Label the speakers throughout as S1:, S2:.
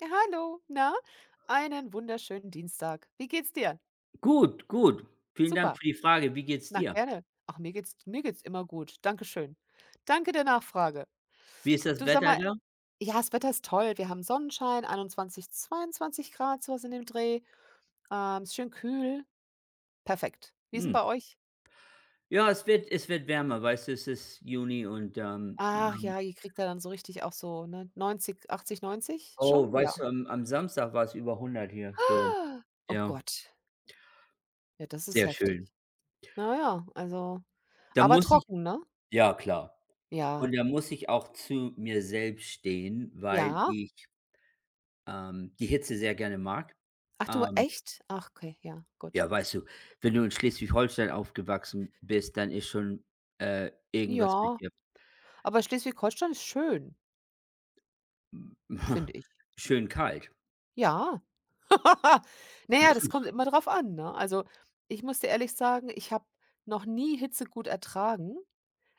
S1: Ja, hallo, na, einen wunderschönen Dienstag. Wie geht's dir?
S2: Gut, gut. Vielen Dank
S1: Super.
S2: für die Frage. Wie geht's
S1: Na,
S2: dir?
S1: gerne. Ach, mir geht's immer gut. Dankeschön. Danke der Nachfrage.
S2: Wie ist das
S1: Du, sag
S2: Wetter
S1: mal,
S2: da?
S1: ja, das Wetter ist toll. Wir haben Sonnenschein, 21, 22 Grad, sowas in dem Dreh. Ist schön kühl. Perfekt. Wie ist 'n
S2: Hm.
S1: bei euch?
S2: Ja, es wird wärmer, weißt du, es ist Juni und, ähm,
S1: Ach
S2: ähm
S1: ja, ihr kriegt da dann so richtig auch so, ne, 90, 80, 90
S2: oh,
S1: schon? Ja.
S2: weißt du, am Samstag war es über 100 hier, so.
S1: Ah, oh
S2: Ja,
S1: Gott, ja, das ist
S2: sehr
S1: heftig.
S2: schön.
S1: Na ja, also,
S2: Da
S1: aber
S2: muss ich,
S1: trocken, ne?
S2: ja klar.
S1: Ja.
S2: Und da muss ich auch zu mir selbst stehen, weil
S1: Ja.
S2: ich die Hitze sehr gerne mag.
S1: Ach du,
S2: Ähm,
S1: echt? Ach, okay, ja, gut.
S2: ja, weißt du, wenn du in Schleswig-Holstein aufgewachsen bist, dann ist schon, irgendwas mit
S1: Ja,
S2: dir
S1: aber Schleswig-Holstein ist schön, finde ich.
S2: schön kalt.
S1: Ja. Naja, das kommt immer drauf an, ne? Also, ich muss dir ehrlich sagen, ich habe noch nie Hitze gut ertragen.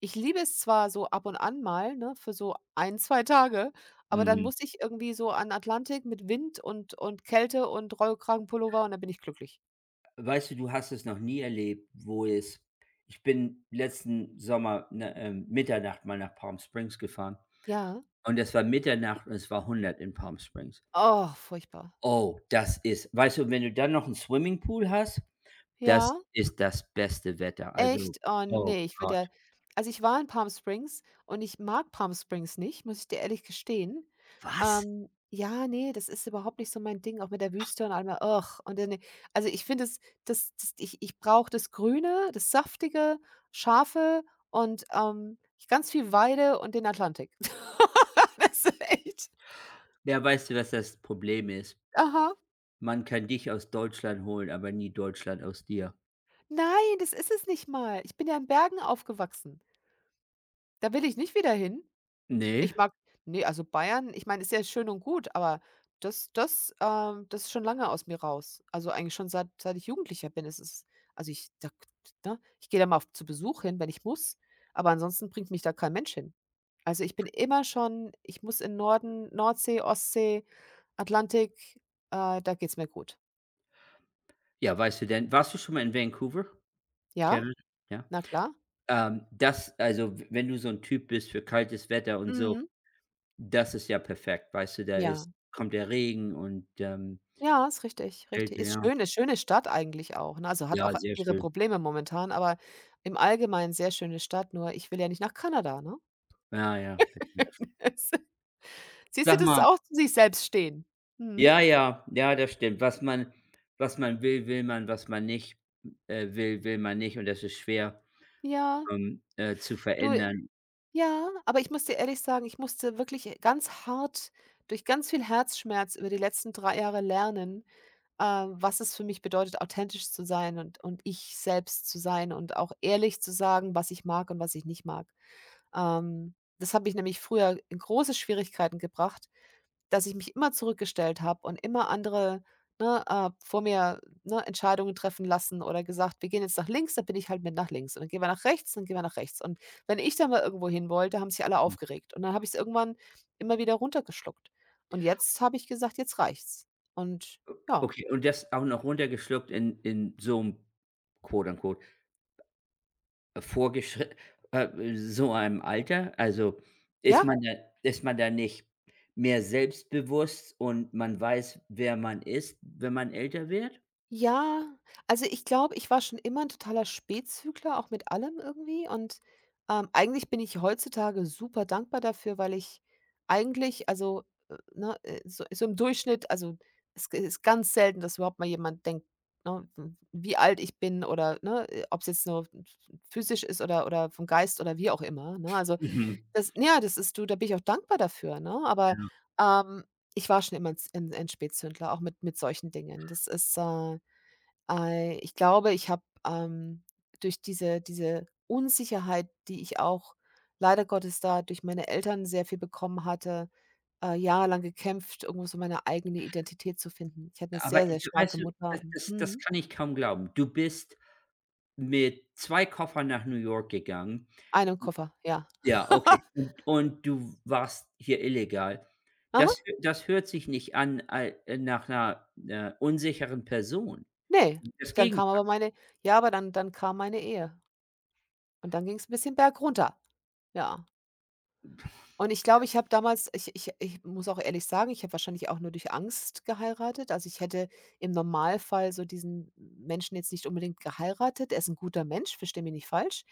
S1: Ich liebe es zwar so ab und an mal, ne, für so ein 2 Tage, aber dann
S2: Mhm.
S1: muss ich irgendwie so an Atlantik mit Wind und Kälte und Rollkragenpullover und dann bin ich glücklich.
S2: Weißt du, du hast es noch nie erlebt, wo es, ich bin letzten Sommer, ne, Mitternacht mal nach Palm Springs gefahren
S1: Ja.
S2: und es war Mitternacht und es war hundert in Palm Springs.
S1: Oh, furchtbar.
S2: Oh, das ist, weißt du, wenn du dann noch einen Swimmingpool hast, das
S1: Ja.
S2: ist das beste Wetter. Also,
S1: Echt? Oh
S2: oh
S1: ne, ich würde ja,
S2: Gott.
S1: also, ich war in Palm Springs und ich mag Palm Springs nicht, muss ich dir ehrlich gestehen.
S2: Was?
S1: Ja, ne, das ist überhaupt nicht so mein Ding, auch mit der Wüste und allem, ugh, und dann, also, ich finde das, ich brauche das Grüne, das Saftige, Schafe und, ganz viel Weide und den Atlantik. Das ist echt,
S2: Ja, weißt du, was das Problem ist?
S1: aha.
S2: Man kann dich aus Deutschland holen, aber nie Deutschland aus dir.
S1: Nein, das ist es nicht mal. Ich bin ja in Bergen aufgewachsen. Da will ich nicht wieder hin.
S2: Ne?
S1: Ich mag, ne, also Bayern, ich meine, ist ja schön und gut, aber das das ist schon lange aus mir raus. Also, eigentlich schon seit ich Jugendlicher bin. Es ist, also ich da, ne, ich gehe da mal auf zu Besuch hin, wenn ich muss, aber ansonsten bringt mich da kein Mensch hin. Also, ich bin immer schon, ich muss in Norden, Nordsee, Ostsee, Atlantik, da geht's mir gut.
S2: Ja, weißt du, denn warst du schon mal in Vancouver?
S1: Ja,
S2: Canada? Ja?
S1: na klar.
S2: Das, also, w wenn du so ein Typ bist für kaltes Wetter und so,
S1: Mhm.
S2: das ist ja perfekt, weißt du? Da
S1: Ja.
S2: ist, kommt der Regen und
S1: Ja, ist richtig, richtig.
S2: Kälte,
S1: Ist
S2: ja.
S1: schön, ist schöne Stadt eigentlich auch, ne? Also, hat
S2: Ja,
S1: auch
S2: sehr
S1: ihre
S2: schön.
S1: Probleme momentan, aber im Allgemeinen sehr schöne Stadt, nur ich will ja nicht nach Kanada, ne?
S2: Ja, ja.
S1: Siehst du,
S2: Sag
S1: das ist
S2: mal,
S1: auch zu sich selbst stehen. Mhm.
S2: ja, ja, ja, das stimmt. Was man will, will man, was man nicht, will, will man nicht, und das ist schwer,
S1: Ja,
S2: zu
S1: du,
S2: verändern.
S1: ja, aber ich muss dir ehrlich sagen, ich musste wirklich ganz hart durch ganz viel Herzschmerz über die letzten 3 Jahre lernen, was es für mich bedeutet, authentisch zu sein und ich selbst zu sein und auch ehrlich zu sagen, was ich mag und was ich nicht mag. Das hat mich nämlich früher in große Schwierigkeiten gebracht, dass ich mich immer zurückgestellt habe und immer andere, ne, vor mir, ne, Entscheidungen treffen lassen oder gesagt: „Wir gehen jetzt nach links“, dann bin ich halt mit nach links und dann gehen wir nach rechts, dann gehen wir nach rechts. Und wenn ich dann mal irgendwo hin wollte, haben sich alle aufgeregt und dann habe ich es irgendwann immer wieder runtergeschluckt. Und jetzt habe ich gesagt: „Jetzt reicht's.“ Und ja.
S2: Okay, und das auch noch runtergeschluckt in so 'n quote unquote Vorgeschri so einem Alter? Also, ist
S1: Ja?
S2: man da ist man da nicht mehr selbstbewusst und man weiß, wer man ist, wenn man älter wird?
S1: Ja, also ich glaube, ich war schon immer ein totaler Spätzügler, auch mit allem irgendwie und, eigentlich bin ich heutzutage super dankbar dafür, weil ich eigentlich, also, ne, so so im Durchschnitt, also, es g ist ganz selten, dass überhaupt mal jemand denkt, ne, w wie alt ich bin oder, ne, ob's jetzt nur physisch ist oder vom Geist oder wie auch immer, ne? Also,
S2: Mhm.
S1: das, ja, das ist du, da bin ich auch dankbar dafür, ne? Aber, ähm, ich war schon immer ein Z 'n Spätzündler, auch mit solchen Dingen. Das ist, äh, ei, ich glaube, ich habe, durch diese Unsicherheit, die ich auch leider Gottes da durch meine Eltern sehr viel bekommen hatte, jahrelang gekämpft, irgendwo so meine eigene Identität zu finden. Ich hatte eine
S2: Aber
S1: sehr, sehr starke
S2: weißt du,
S1: Mutter.
S2: das
S1: Mhm.
S2: kann ich kaum glauben. Du bist mit 2 Koffern nach New York gegangen.
S1: Einen Koffer, ja.
S2: Ja, okay. Und du warst hier illegal. Das
S1: Aha,
S2: hö das hört sich nicht an, al nach einer unsicheren Person.
S1: ne,
S2: Das
S1: dann kam
S2: Gegenteil.
S1: aber meine, ja, aber dann kam meine Ehe und dann ging es ein bisschen berg runter. Ja. Und ich glaube, ich habe damals, ich muss auch ehrlich sagen, ich habe wahrscheinlich auch nur durch Angst geheiratet. Also, ich hätte im Normalfall so diesen Menschen jetzt nicht unbedingt geheiratet. Er ist ein guter Mensch, verstehe mich nicht falsch.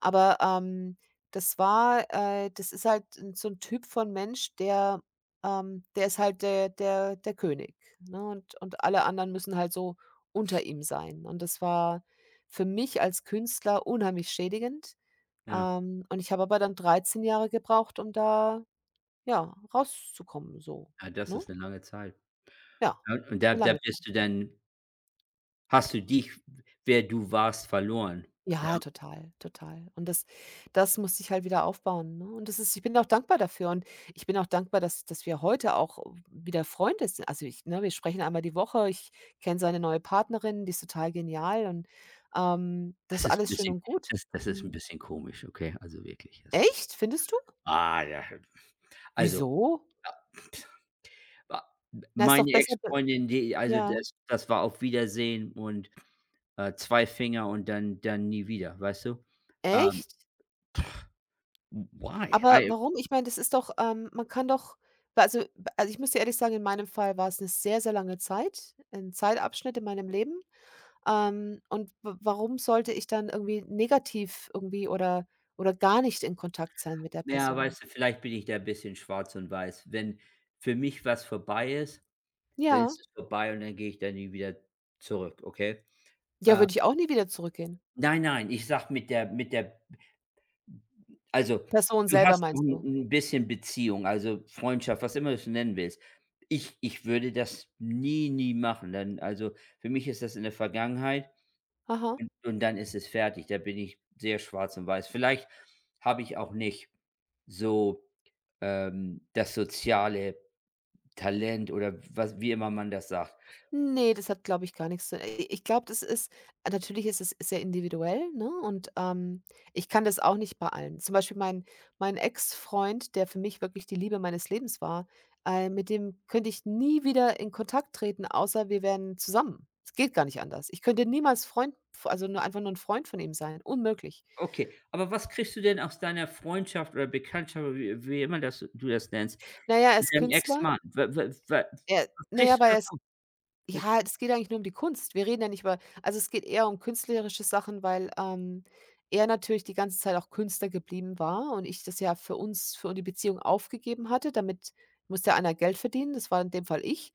S1: Aber, das war das ist halt n- so ein Typ von Mensch, der der ist halt der König, ne? Und alle anderen müssen halt so unter ihm sein. Und das war für mich als Künstler unheimlich schädigend.
S2: Ja,
S1: Und ich habe aber dann 13 Jahre gebraucht, um da, ja, rauszukommen so,
S2: ja, das
S1: ne?
S2: ist eine lange Zeit.
S1: Ja,
S2: Ja, und
S1: so
S2: da
S1: lange Zeit.
S2: bist du dann, hast du dich, wer du warst, verloren. Ja,
S1: Ja, total, total. Und das, das musste ich halt wieder aufbauen, ne? Und das ist, ich bin auch dankbar dafür und ich bin auch dankbar, dass wir heute auch wieder Freunde sind. Also, ich, ne, wir sprechen einmal die Woche. Ich kenne seine neue Partnerin, die ist total genial und, das ist
S2: das ist 'n
S1: alles schön
S2: bisschen,
S1: und gut.
S2: das ist 'n
S1: Mhm.
S2: bisschen komisch, okay? Also wirklich, das ist,
S1: Echt? Findest du?
S2: ah, ja. Also,
S1: Wieso?
S2: wa
S1: Na, ist doch
S2: meine
S1: besser, d,
S2: Ex-Freundin, die, also
S1: ja.
S2: das, das war auf Wiedersehen und 2 Finger und dann, dann nie wieder, weißt du? Ähm,
S1: Echt?
S2: why?
S1: Aber
S2: I,
S1: warum? Ich meine, das ist doch, man kann doch wa, also b, also, ich muss dir ehrlich sagen, in meinem Fall war es eine sehr, sehr lange Zeit, ein Zeitabschnitt in meinem Leben. Und w warum sollte ich dann irgendwie negativ irgendwie oder gar nicht in Kontakt sein mit der
S2: ja,
S1: Person?
S2: weißt du, vielleicht bin ich da bisschen schwarz und weiß. Wenn für mich was vorbei ist, dann
S1: Ja.
S2: ist es vorbei und dann gehe ich da nie wieder zurück, okay?
S1: Ja,
S2: Ähm,
S1: würde ich auch nie wieder zurückgehen.
S2: nein, nein, ich sag mit der, also,
S1: Person
S2: du
S1: selber
S2: hast noch
S1: meinst
S2: 'n
S1: du?
S2: 'n bisschen Beziehung, also, Freundschaft, was immer du's nennen willst. Ich würde das nie, nie machen, dann also, für mich ist das in der Vergangenheit
S1: Aha.
S2: und dann ist es fertig. Da bin ich sehr schwarz und weiß. Vielleicht habe ich auch nicht so, das soziale Talent oder was, wie immer man das sagt.
S1: Ne, das hat, glaube ich, gar nichts. Zu, ich glaube, das ist, natürlich ist es sehr individuell, ne, und, ich kann das auch nicht bei allen. Zum Beispiel mein Ex-Freund, der für mich wirklich die Liebe meines Lebens war, mit dem könnte ich nie wieder in Kontakt treten, außer wir wären zusammen. Es geht gar nicht anders. Ich könnte niemals Freund, also, nur einfach nur ein Freund von ihm sein, unmöglich.
S2: Okay, aber was kriegst du denn aus deiner Freundschaft oder Bekanntschaft oder wie immer das du das nennst,
S1: Na ja, er
S2: mit
S1: ist
S2: deinem
S1: Künstler.
S2: Ex-Mann. W w w
S1: Er,
S2: Was
S1: na
S2: kriegst
S1: ja, weil
S2: du da
S1: er,
S2: praktisch?
S1: ja, es geht eigentlich nur um die Kunst. Wir reden ja nicht über, also, es geht eher um künstlerische Sachen, weil, er natürlich die ganze Zeit auch Künstler geblieben war und ich das ja für uns für die Beziehung aufgegeben hatte. Damit musste ja einer Geld verdienen, das war in dem Fall ich.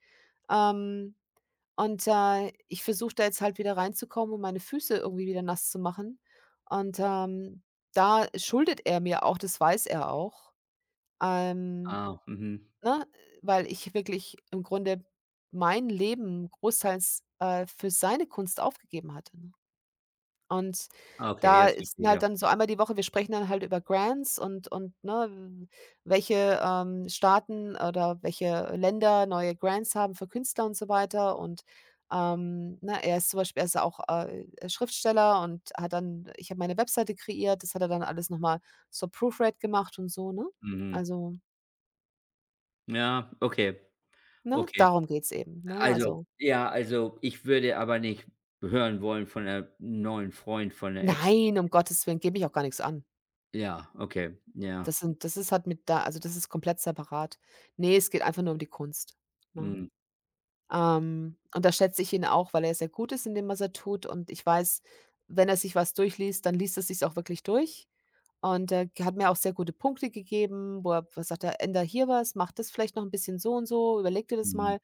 S1: Ähm, und, ich versuche da jetzt halt wieder reinzukommen, um meine Füße irgendwie wieder nass zu machen. Und, da schuldet er mir auch, das weiß er auch. Ähm,
S2: Ah, mhm.
S1: Ne, weil ich wirklich im Grunde mein Leben großteils, für seine Kunst aufgegeben hatte, ne? Und
S2: Ah, okay,
S1: da
S2: jetzt
S1: ist
S2: verstehe ich,
S1: halt
S2: ja.
S1: dann so einmal die Woche, wir sprechen dann halt über Grants und, ne, welche, Staaten oder welche Länder neue Grants haben für Künstler und so weiter und, ne, er ist auch, Schriftsteller und hat dann, ich habe meine Webseite kreiert, das hat er dann alles noch mal so proofread gemacht und so, ne?
S2: Mhm.
S1: Also,
S2: Ja, okay,
S1: ne,
S2: okay.
S1: darum geht's eben, ne?
S2: Also
S1: Also,
S2: ja, also, ich würde aber nicht hören wollen von 'ner neuen Freund von 'ner Ex.
S1: nein, um Gottes Willen, gebe ich auch gar nichts an.
S2: Ja, okay, ja.
S1: Das sind, das ist halt mit da, also, das ist komplett separat. Ne, es geht einfach nur um die Kunst, ne?
S2: Mhm,
S1: Und da schätze ich ihn auch, weil er sehr gut ist in dem, was er tut und ich weiß, wenn er sich was durchliest, dann liest er sich's auch wirklich durch und er hat mir auch sehr gute Punkte gegeben, wo er was sagt, er: „Änder hier was, mach das vielleicht noch 'n bisschen so und so, überleg dir das
S2: mhm.
S1: mal.“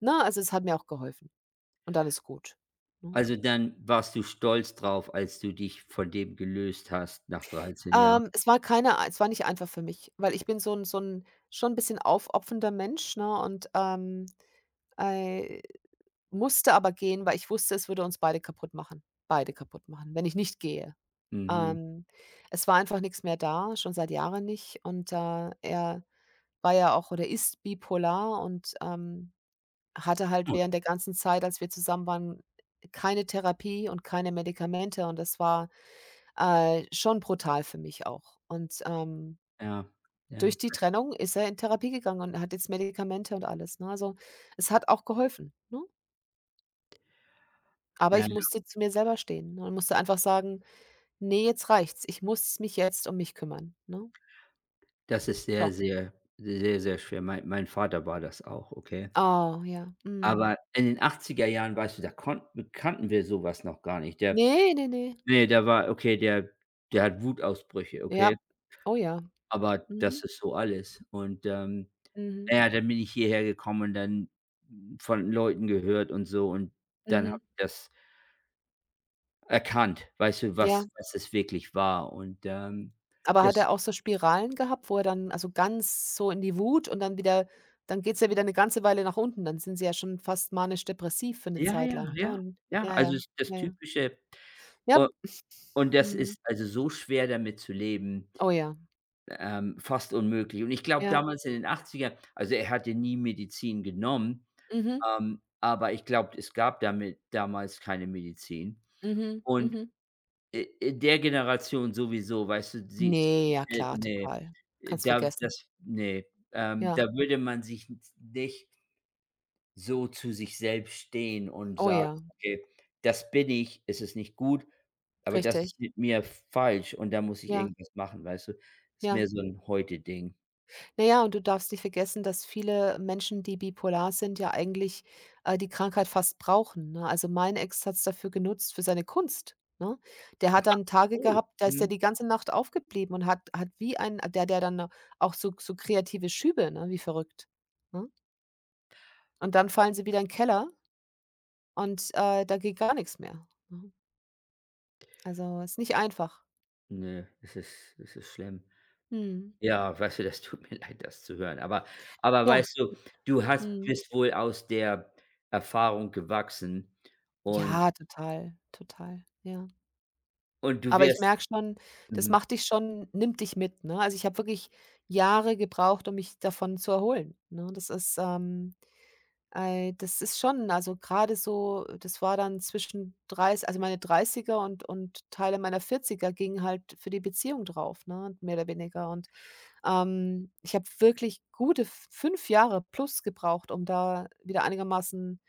S1: Ne, also, es hat mir auch geholfen und dann ist gut, ne?
S2: Also, dann warst du stolz drauf, als du dich von dem gelöst hast nach 13 Jahren?
S1: Es war keine ei, es war nicht einfach für mich, weil ich bin so 'n schon 'n bisschen aufopfernder Mensch, ne, und, äh, musste aber gehen, weil ich wusste, es würde uns beide kaputt machen, wenn ich nicht gehe.
S2: Mhm.
S1: Ähm, Es war einfach nix mehr da, schon seit Jahren nicht und, er war ja auch oder ist bipolar und, hatte halt
S2: Hm,
S1: während der ganzen Zeit, als wir zusammen waren, keine Therapie und keine Medikamente und das war, schon brutal für mich auch und,
S2: ja, ja,
S1: durch die Trennung ist er in Therapie gegangen und hat jetzt Medikamente und alles, ne? Also, es hat auch geholfen, ne? Aber
S2: ja,
S1: ich
S2: ja.
S1: musste zu mir selber stehen, ne, und musste einfach sagen: „Ne, jetzt reicht's. Ich muss mich jetzt um mich kümmern“, ne?
S2: Das ist
S1: So.
S2: sehr, sehr, sehr, sehr schwer. Mein Vater war das auch, okay?
S1: Oh, ja. Mhm.
S2: Aber in den achtziger Jahren, weißt du, da konnten kannten wir sowas noch gar nicht. Der,
S1: Ne, ne, ne.
S2: nee, da war, okay, der, der hat Wutausbrüche, okay?
S1: Ja. Oh ja.
S2: Aber
S1: Mhm.
S2: das ist so alles. Na
S1: Mhm.
S2: ja, dann bin ich hierher gekommen und dann von Leuten gehört und so, und dann
S1: Mhm.
S2: habe ich das erkannt, weißt du,
S1: Ja.
S2: was es wirklich war und
S1: Aber hat
S2: das,
S1: er auch so Spiralen gehabt, wo er dann, also, ganz so in die Wut und dann wieder, dann geht's ja wieder 'ne ganze Weile nach unten. Dann sind sie ja schon fast manisch depressiv für 'ne
S2: ja,
S1: Zeit
S2: ja,
S1: lang, ne?
S2: ja,
S1: Und
S2: ja,
S1: ja,
S2: also,
S1: ja.
S2: es ist das
S1: Ja, ja.
S2: typische,
S1: Jap.
S2: u und das
S1: Mhm.
S2: ist also so schwer, damit zu leben.
S1: Oh ja,
S2: Fast unmöglich. Und ich glaube
S1: ja.
S2: damals in den Achtzigern, also er hatte nie Medizin genommen,
S1: Mhm.
S2: aber ich glaube, es gab damit damals keine Medizin.
S1: Mhm.
S2: Und
S1: Mhm.
S2: i in der Generation sowieso, weißt du, sie,
S1: Ne, ja klar,
S2: ne,
S1: total. Kannst
S2: da
S1: vergessen.
S2: das ne,
S1: Ja.
S2: da würde man sich n nicht so zu sich selbst stehen und
S1: Oh
S2: sagen:
S1: ja,
S2: „Okay, das bin ich, es ist nicht gut, aber das
S1: richtig.
S2: ist mit mir falsch und da muss ich
S1: Ja,
S2: irgendwas machen“, weißt du? Ist
S1: ja.
S2: mehr so ein heute Ding.
S1: Na ja, und du darfst nicht vergessen, dass viele Menschen, die bipolar sind, ja eigentlich, die Krankheit fast brauchen, ne? Also, mein Ex hat's dafür genutzt für seine Kunst, ne? Der hat dann Tage
S2: Oh.
S1: gehabt, da ist der
S2: Mhm.
S1: die ganze Nacht aufgeblieben und hat wie ein, der hat ja dann auch so so kreative Schübe, ne, wie verrückt, ne? Und dann fallen sie wieder in Keller. Und, da geht gar nichts mehr, ne? Also, ist nicht einfach.
S2: Ne, es ist schlimm.
S1: Mhm.
S2: Ja, weißt du, das tut mir leid, das zu hören. Aber
S1: Ja.
S2: weißt du, du hast,
S1: Mhm.
S2: bist wohl aus der Erfahrung gewachsen und
S1: Ja, total, total, ja.
S2: und du
S1: Aber ich
S2: wirst,
S1: merke schon, das
S2: mhm,
S1: macht dich schon, nimmt dich mit, ne? Also, ich habe wirklich Jahre gebraucht, um mich davon zu erholen, ne? Das ist, ei, das ist schon, also, gerade so, das war dann zwischen dreiß, also, meine Dreißiger und Teile meiner Vierziger gingen halt für die Beziehung drauf, ne, mehr oder weniger und, ich habe wirklich gute f 5 Jahre plus gebraucht, um da wieder einigermaßen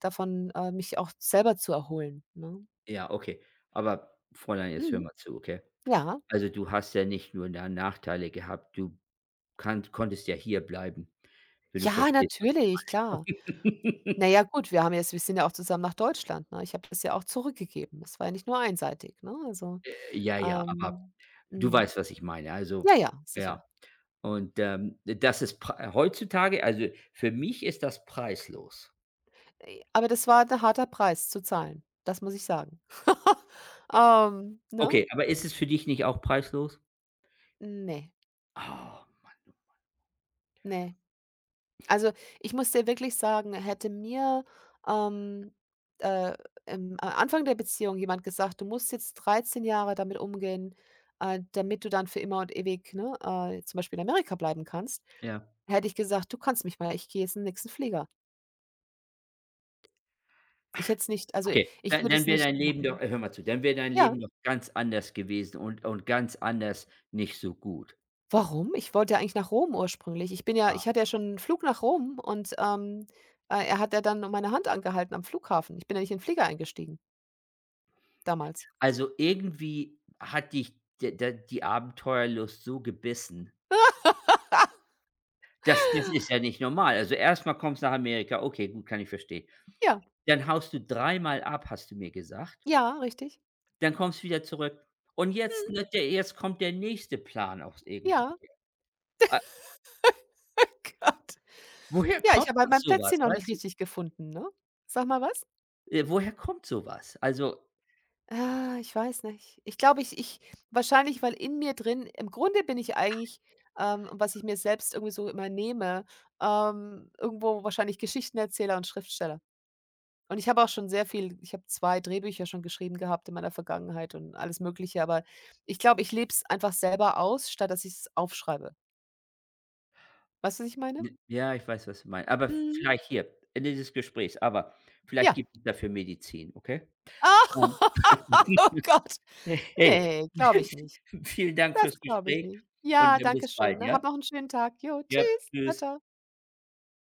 S1: davon, mich auch selber zu erholen, ne?
S2: ja, okay. Aber Fräulein, jetzt hör
S1: Mhm.
S2: mal zu, okay?
S1: Ja.
S2: Also, du hast ja nicht nur da Nachteile gehabt, du kann konntest ja hier bleiben, wenn du
S1: Ja,
S2: verstehst, was
S1: natürlich, klar.
S2: ich
S1: Na ja, gut, wir haben jetzt, wir sind ja auch zusammen nach Deutschland, ne? Ich habe das ja auch zurückgegeben. Das war ja nicht nur einseitig, ne? Also,
S2: ja, ja, aber
S1: ähm,
S2: du
S1: mhm.
S2: weißt, was ich meine. Also,
S1: Ja, ja,
S2: ja.
S1: sicher.
S2: Das ist prei heutzutage, also, für mich ist das preislos.
S1: Aber das war ein harter Preis zu zahlen, das muss ich sagen. Ne?
S2: Okay, aber ist es für dich nicht auch preislos?
S1: Ne,
S2: Ah,
S1: ne. Also, ich muss dir wirklich sagen, hätte mir, ähm, äh, im am Anfang der Beziehung jemand gesagt: „Du musst jetzt 13 Jahre damit umgehen, damit du dann für immer und ewig, ne, zum Beispiel in Amerika bleiben kannst“,
S2: ja.
S1: hätte ich gesagt: „Du kannst mich mal, ich gehe jetzt in den nächsten Flieger.“ Ich hätte es nicht, also, i-
S2: Okay,
S1: ich
S2: dann
S1: würde
S2: dann
S1: es
S2: wäre
S1: nicht
S2: dein Leben doch,
S1: machen.
S2: hör mal zu, dann wäre dein
S1: Ja,
S2: Leben doch ganz anders gewesen und ganz anders nicht so gut.
S1: warum? Ich wollte ja eigentlich nach Rom ursprünglich. Ich bin ja,
S2: Ah.
S1: ich hatte ja schon einen Flug nach Rom und, er hat ja dann meine Hand angehalten am Flughafen. Ich bin ja nicht in den Flieger eingestiegen damals.
S2: Also, irgendwie hat dich, d d die Abenteuerlust so gebissen. Das ist ja nicht normal. Also, erstmal mal kommst du nach Amerika, okay, gut, kann ich verstehen.
S1: Ja.
S2: Dann haust du dreimal ab, hast du mir gesagt.
S1: Ja, richtig.
S2: Dann kommst wieder zurück. Und jetzt, ne, der jetzt kommt der nächste Plan aus irgendwo.
S1: Ja.
S2: A
S1: Gott.
S2: Woher
S1: Ja, ich
S2: kommt
S1: habe halt
S2: denn
S1: mein
S2: so was,
S1: Plätzchen noch nicht
S2: weißt du?
S1: richtig gefunden, ne? Sag mal was?
S2: Woher kommt so was? Also,
S1: Ah, ich weiß nicht. Ich glaube, ich wahrscheinlich, weil in mir drin im Grunde bin ich eigentlich, was ich mir selbst irgendwie so immer nehme, irgendwo wahrscheinlich Geschichtenerzähler und Schriftsteller. Und ich habe auch schon sehr viel, ich habe 2 Drehbücher schon geschrieben gehabt in meiner Vergangenheit und alles Mögliche, aber ich glaube, ich lebe es einfach selber aus, statt dass ich es aufschreibe. Weißt du, was ich meine?
S2: j ja, ich weiß, was du meinst. Aber
S1: Mhm.
S2: vielleicht hier, Ende des Gesprächs, aber vielleicht
S1: Ja.
S2: gibt es dafür Medizin, okay?
S1: Oh
S2: Ähm,
S1: oh Gott.
S2: hey,
S1: Ne, glaube ich nicht.
S2: vielen Dank
S1: Das
S2: fürs
S1: glaube ich
S2: Gespräch
S1: nicht. Ja,
S2: und dann
S1: danke
S2: bis
S1: schön,
S2: bald,
S1: ne?
S2: ja?
S1: Hab noch einen schönen Tag. Jo,
S2: Ja,
S1: tschüss. Ciao.
S2: tschüss.
S1: Ciao.